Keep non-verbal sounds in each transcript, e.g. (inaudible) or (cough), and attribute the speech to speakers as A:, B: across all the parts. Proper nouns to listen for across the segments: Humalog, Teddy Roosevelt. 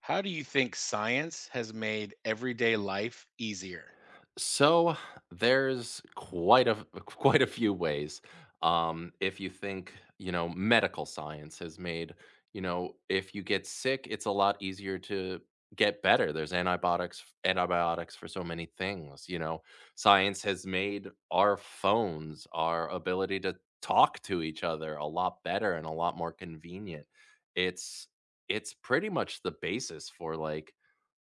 A: How do you think science has made everyday life easier?
B: So there's quite a (laughs) quite a few ways. If you think, you know, medical science has made, you know, if you get sick, it's a lot easier to get better. There's antibiotics for so many things, you know. Science has made our phones, our ability to talk to each other a lot better and a lot more convenient. It's it's pretty much the basis for like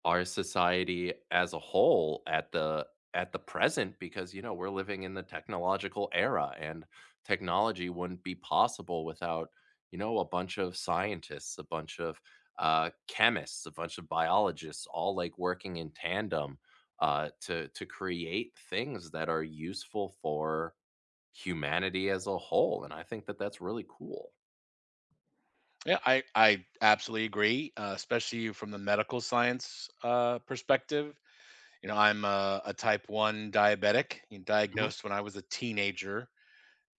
B: our society as a whole at the present because you know we're living in the technological era and technology wouldn't be possible without, you know, a bunch of scientists, a bunch of chemists, a bunch of biologists, all like working in tandem to create things that are useful for humanity as a whole, and I think that that's really cool.
A: Yeah, I absolutely agree, especially from the medical science perspective. You know, I'm a type 1 diabetic, you know,
B: Mhm.
A: diagnosed when I was a teenager.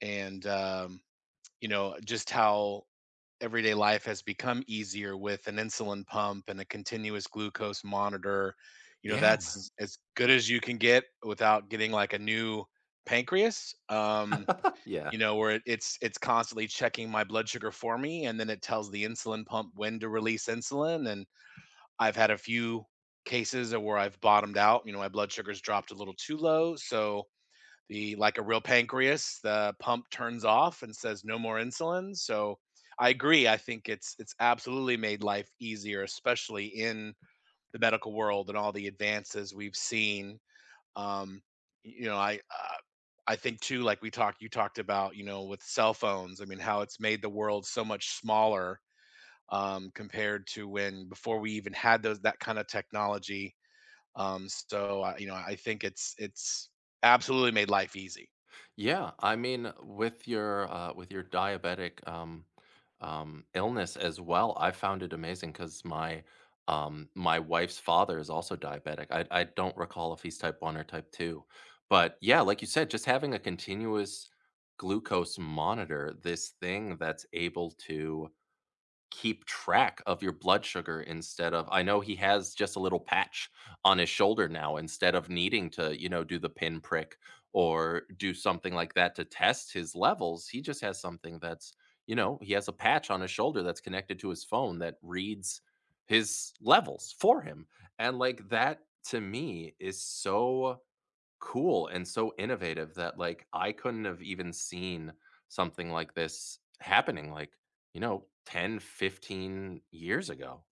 A: And, you know, just how everyday life has become easier with an insulin pump and a continuous glucose monitor. You know,
B: Yeah.
A: that's as good as you can get without getting like a new pancreas.
B: (laughs) Yeah.
A: You know, where it's constantly checking my blood sugar for me, and then it tells the insulin pump when to release insulin. And I've had a few cases of where I've bottomed out. You know, my blood sugar's dropped a little too low, so the like a real pancreas, the pump turns off and says no more insulin. So I agree. I think it's absolutely made life easier, especially in the medical world and all the advances we've seen um you know i uh, I think too like we talked you talked about you know with cell phones, I mean, how it's made the world so much smaller, compared to when before we even had those that kind of technology. I, you know, I think it's absolutely made life easy.
B: Yeah, I mean, with your diabetic illness as well, I found it amazing because my my wife's father is also diabetic. I don't recall if he's type one or type two, but yeah, like you said, just having a continuous glucose monitor, this thing that's able to keep track of your blood sugar. Instead of, I know he has just a little patch on his shoulder now instead of needing to, you know, do the pin prick or do something like that to test his levels. He just has something that's, you know, he has a patch on his shoulder that's connected to his phone that reads his levels for him. And like, that to me is so cool and so innovative that like I couldn't have even seen something like this happening, like, you know, 10, 15 years ago.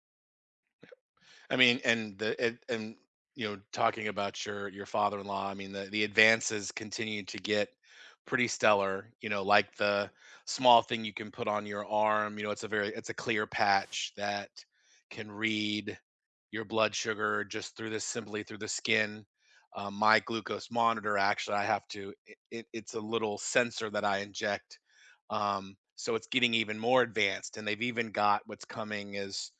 A: I mean, and you know, talking about your father-in-law, I mean, the advances continue to get pretty stellar. You know, like the small thing you can put on your arm. You know, it's a very it's a clear patch that can read your blood sugar just through this simply through the skin. My glucose monitor, actually, I have to. It's a little sensor that I inject. So it's getting even more advanced, and they've even got what's coming is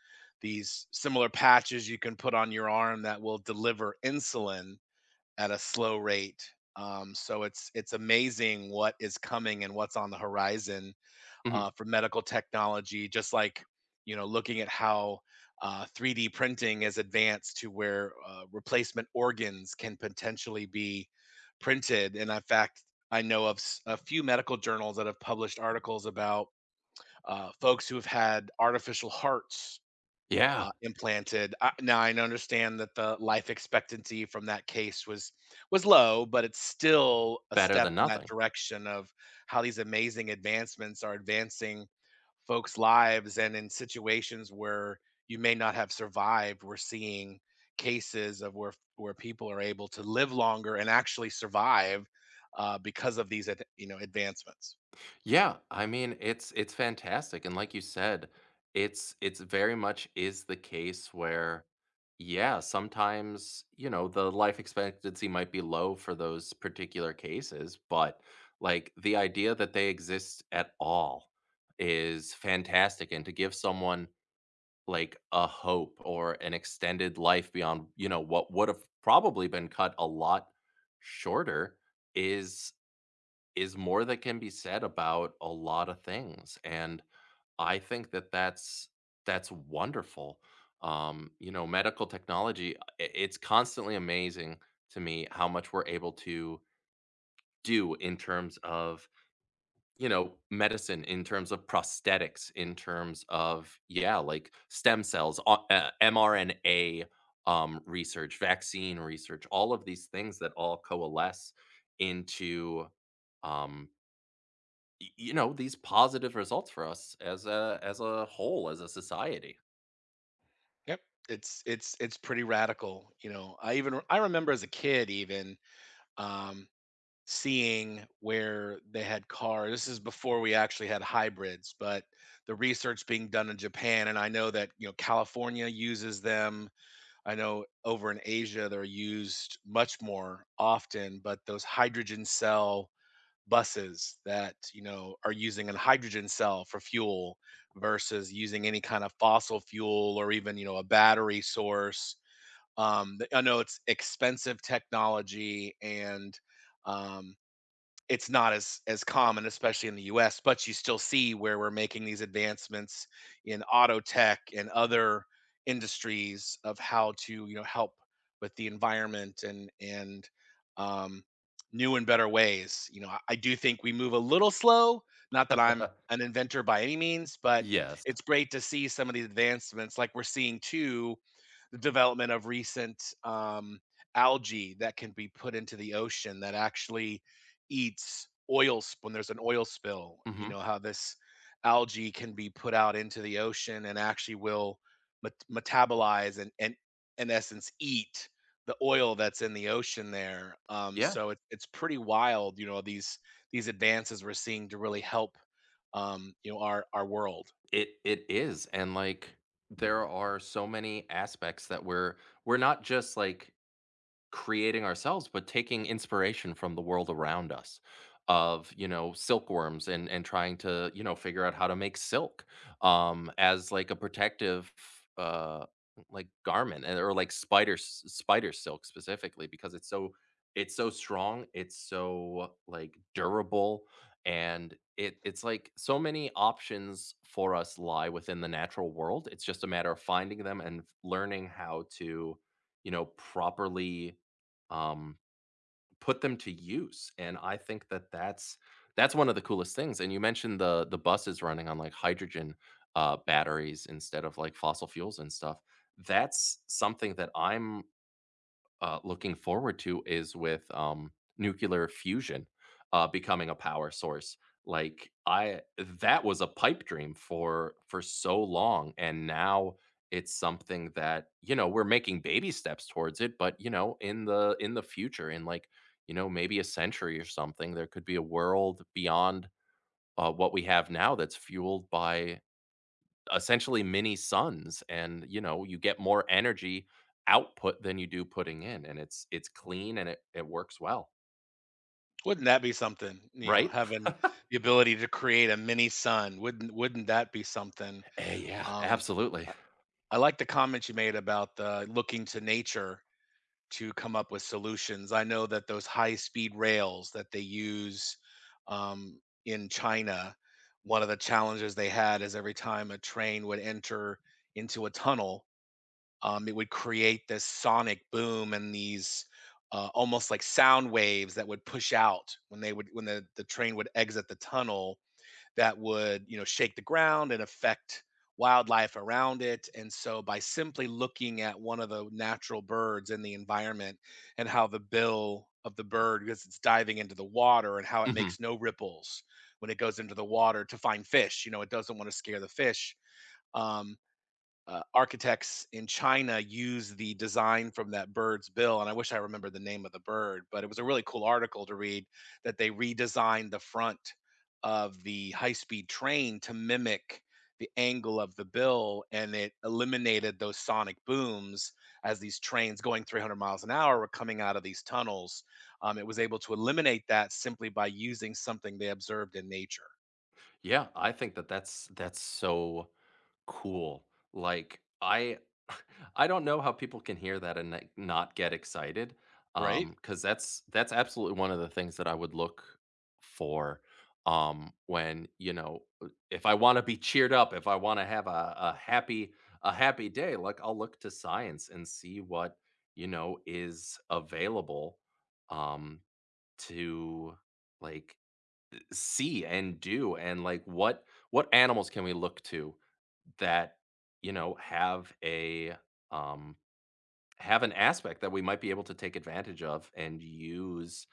A: these similar patches you can put on your arm that will deliver insulin at a slow rate. So it's amazing what is coming and what's on the horizon
B: Mhm.
A: for medical technology. Just like you know, looking at how 3D printing is advanced to where replacement organs can potentially be printed. And in fact, I know of a few medical journals that have published articles about folks who have had artificial hearts
B: Yeah,
A: implanted. I understand that the life expectancy from that case was low, but it's still a
B: better
A: step
B: than
A: in that
B: nothing.
A: direction of how these amazing advancements are advancing folks' lives, and in situations where you may not have survived, we're seeing cases of where people are able to live longer and actually survive, because of these ad you know, advancements.
B: Yeah, I mean, it's fantastic, and like you said, it's very much is the case where, yeah, sometimes, you know, the life expectancy might be low for those particular cases, but like the idea that they exist at all is fantastic, and to give someone like a hope or an extended life beyond, you know, what would have probably been cut a lot shorter is is more that can be said about a lot of things. And I think that that's wonderful. You know, medical technology, it's constantly amazing to me how much we're able to do in terms of, you know, medicine, in terms of prosthetics, in terms of, yeah, like stem cells, mrna research, vaccine research, all of these things that all coalesce into um you know, these positive results for us as a, as a whole, as a society.
A: Yep. It's pretty radical, you know? I remember as a kid even, um seeing where they had cars. This is before we actually had hybrids, but the research being done in Japan, and I know that, you know, California uses them. I know over in Asia they're used much more often, but those hydrogen cell buses that, you know, are using a hydrogen cell for fuel versus using any kind of fossil fuel or even, you know, a battery source. Th- I know it's expensive technology and, um, it's not as common, especially in the US, but you still see where we're making these advancements in auto tech and other industries of how to, you know, help with the environment and, um, new and better ways. You know, I do think we move a little slow. Not that I'm
B: (laughs)
A: an inventor by any means, but
B: Yes.
A: it's great to see some of these advancements, like we're seeing too, the development of recent algae that can be put into the ocean that actually eats oil when there's an oil spill. You
B: Hmm.
A: know, how this algae can be put out into the ocean and actually will metabolize and, in essence, eat the oil that's in the ocean there.
B: Yeah,
A: So it's pretty wild, you know, these advances we're seeing to really help, you know, our world.
B: it is. And like, there are so many aspects that we're not just like creating ourselves, but taking inspiration from the world around us, of you know, silkworms and trying to, you know, figure out how to make silk as like a protective uh like garment or like spider silk specifically because it's so, it's so strong, it's so like durable. And it it's like so many options for us lie within the natural world. It's just a matter of finding them and learning how to, you know, properly um, put them to use. And I think that that's one of the coolest things. And you mentioned the buses running on like hydrogen batteries instead of like fossil fuels and stuff. That's something that I'm looking forward to, is with nuclear fusion becoming a power source. Like I, that was a pipe dream for so long, and now it's something that, you know, we're making baby steps towards it. But you know, in the future, in like, you know, maybe a century or something, there could be a world beyond what we have now that's fueled by essentially mini suns. And you know, you get more energy output than you do putting in, and it's clean, and it works well.
A: Wouldn't that be something? You know,
B: Right.
A: having the ability to create a mini sun. Wouldn't that be something?
B: Eh, yeah,
A: Um,
B: absolutely.
A: I like the comment you made about the looking to nature to come up with solutions. I know that those high-speed rails that they use, in China, one of the challenges they had is every time a train would enter into a tunnel, it would create this sonic boom and these almost like sound waves that would push out when the train would exit the tunnel that would, you know, shake the ground and affect wildlife around it. And so by simply looking at one of the natural birds in the environment and how the bill of the bird, because it's diving into the water and how it
B: Hmm.
A: makes no ripples when it goes into the water to find fish, you know, it doesn't want to scare the fish. Um, Architects in China use the design from that bird's bill. And I wish I remember the name of the bird, but it was a really cool article to read that they redesigned the front of the high speed train to mimic the angle of the bill. And it eliminated those sonic booms as these trains going 300 miles an hour were coming out of these tunnels. It was able to eliminate that simply by using something they observed in nature,
B: Yeah, I think that that's so cool. Like, I (laughs) I don't know how people can hear that and, like, not get excited,
A: right?
B: because that's absolutely one of the things that I would look for, when, you know, if I wanna be cheered up, if I wanna have a happy a happy day, like, I'll look to science and see what, you know, is available, um, to, like, see and do, and like, what animals can we look to that, you know, have a um have an aspect that we might be able to take advantage of and use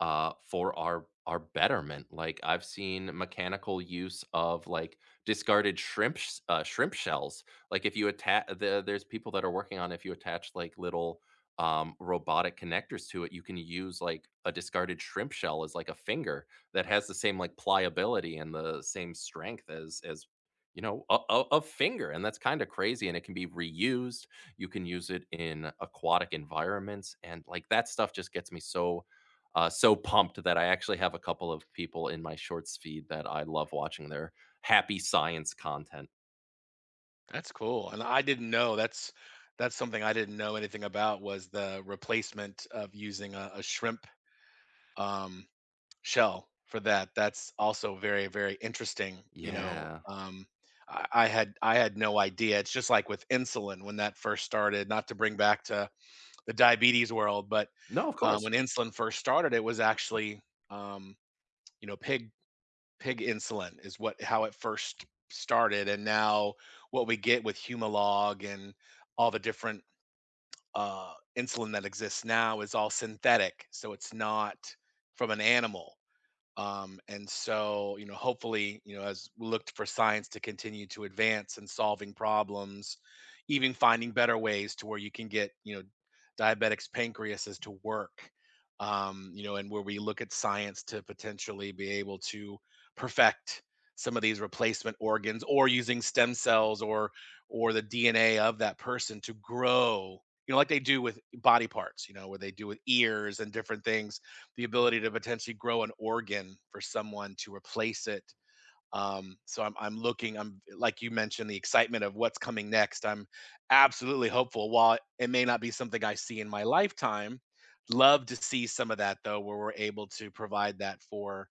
B: for our betterment. Like I've seen mechanical use of like discarded shrimp shells. Like if you attach, the, there's people that are working on, if you attach like little robotic connectors to it, you can use like a discarded shrimp shell as like a finger that has the same like pliability and the same strength as, you know, a finger. And that's kind of crazy, and it can be reused. You can use it in aquatic environments, and like that stuff just gets me so so pumped that I actually have a couple of people in my shorts feed that I love watching their happy science content.
A: That's cool, and I didn't know that's something I didn't know anything about, was the replacement of using a shrimp, um, shell for that. That's also very, very interesting. You know,
B: Yeah.
A: I had no idea. It's just like with insulin when that first started. Not to bring back to the diabetes world, but
B: No, of course.
A: when insulin first started, it was actually, um, you know, pig insulin is what how it first started, and now what we get with humalog and all the different insulin that exists now is all synthetic, so it's not from an animal. And so, you know, hopefully, you know, as we looked for science to continue to advance and solving problems, even finding better ways to where you can get, you know, diabetics' pancreases to work, you know, and where we look at science to potentially be able to perfect some of these replacement organs, or using stem cells, or the DNA of that person to grow, you know, like they do with body parts, you know, where they do with ears and different things, the ability to potentially grow an organ for someone to replace it. I'm looking. I'm like you mentioned, the excitement of what's coming next, I'm absolutely hopeful. While it may not be something I see in my lifetime, love to see some of that, though, where we're able to provide that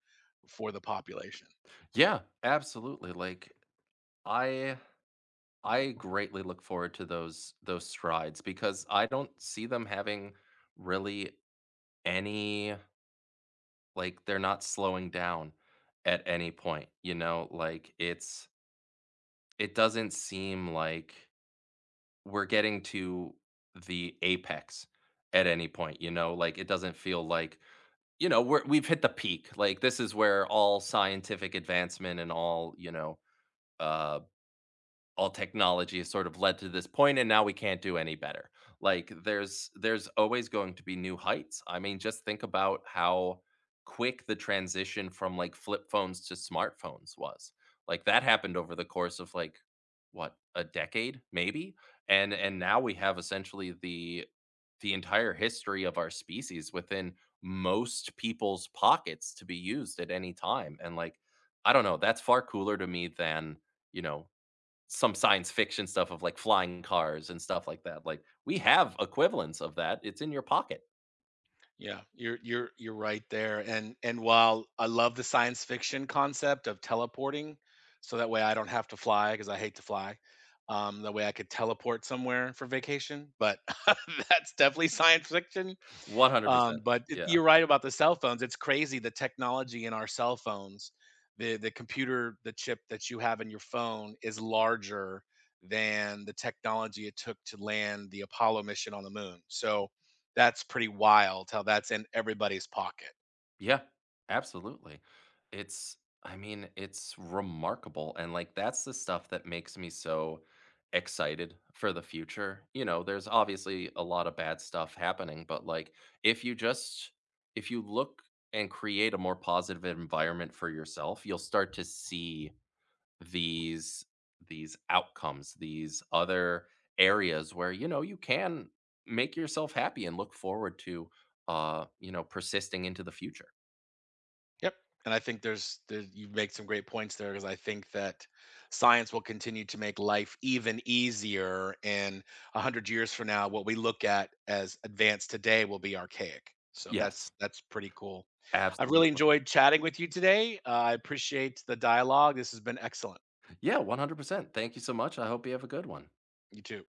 A: for the population.
B: Yeah, absolutely. Like, I I greatly look forward to those strides because I don't see them having really any, like, they're not slowing down at any point, you know? Like it's, it doesn't seem like we're getting to the apex at any point, you know? Like, it doesn't feel like, you know, we're we've hit the peak. Like, this is where all scientific advancement and all, you know, uh all technology has sort of led to this point and now we can't do any better. Like there's always going to be new heights. I mean, just think about how quick the transition from like flip phones to smartphones was. Like that happened over the course of like, what, a decade maybe? And now we have essentially the entire history of our species within most people's pockets to be used at any time. And like, I don't know, that's far cooler to me than, you know, some science fiction stuff of, like, flying cars and stuff like that. Like, we have equivalents of that, it's in your pocket.
A: Yeah, you're right there. And while I love the science fiction concept of teleporting, so that way I don't have to fly because I hate to fly. That way I could teleport somewhere for vacation. But (laughs) that's definitely science fiction.
B: 100%. Yeah.
A: You're right about the cell phones. It's crazy the technology in our cell phones. The computer, the chip that you have in your phone, is larger than the technology it took to land the Apollo mission on the moon. So that's pretty wild how that's in everybody's pocket.
B: Yeah, absolutely. It's, I mean, it's remarkable, and, like, that's the stuff that makes me so excited for the future. You know, there's obviously a lot of bad stuff happening, but, like, if you just, if you look and create a more positive environment for yourself, you'll start to see these these outcomes, these other areas where, you know, you can make yourself happy and look forward to, you know, persisting into the future.
A: Yep. And I think you make some great points there, because I think that science will continue to make life even easier. And 100 years from now, what we look at as advanced today will be archaic. So
B: Yes.
A: that's pretty cool. I've really
B: Absolutely.
A: enjoyed chatting with you today. I appreciate the dialogue. This has been excellent.
B: Yeah, 100%. Thank you so much. I hope you have a good one.
A: You too.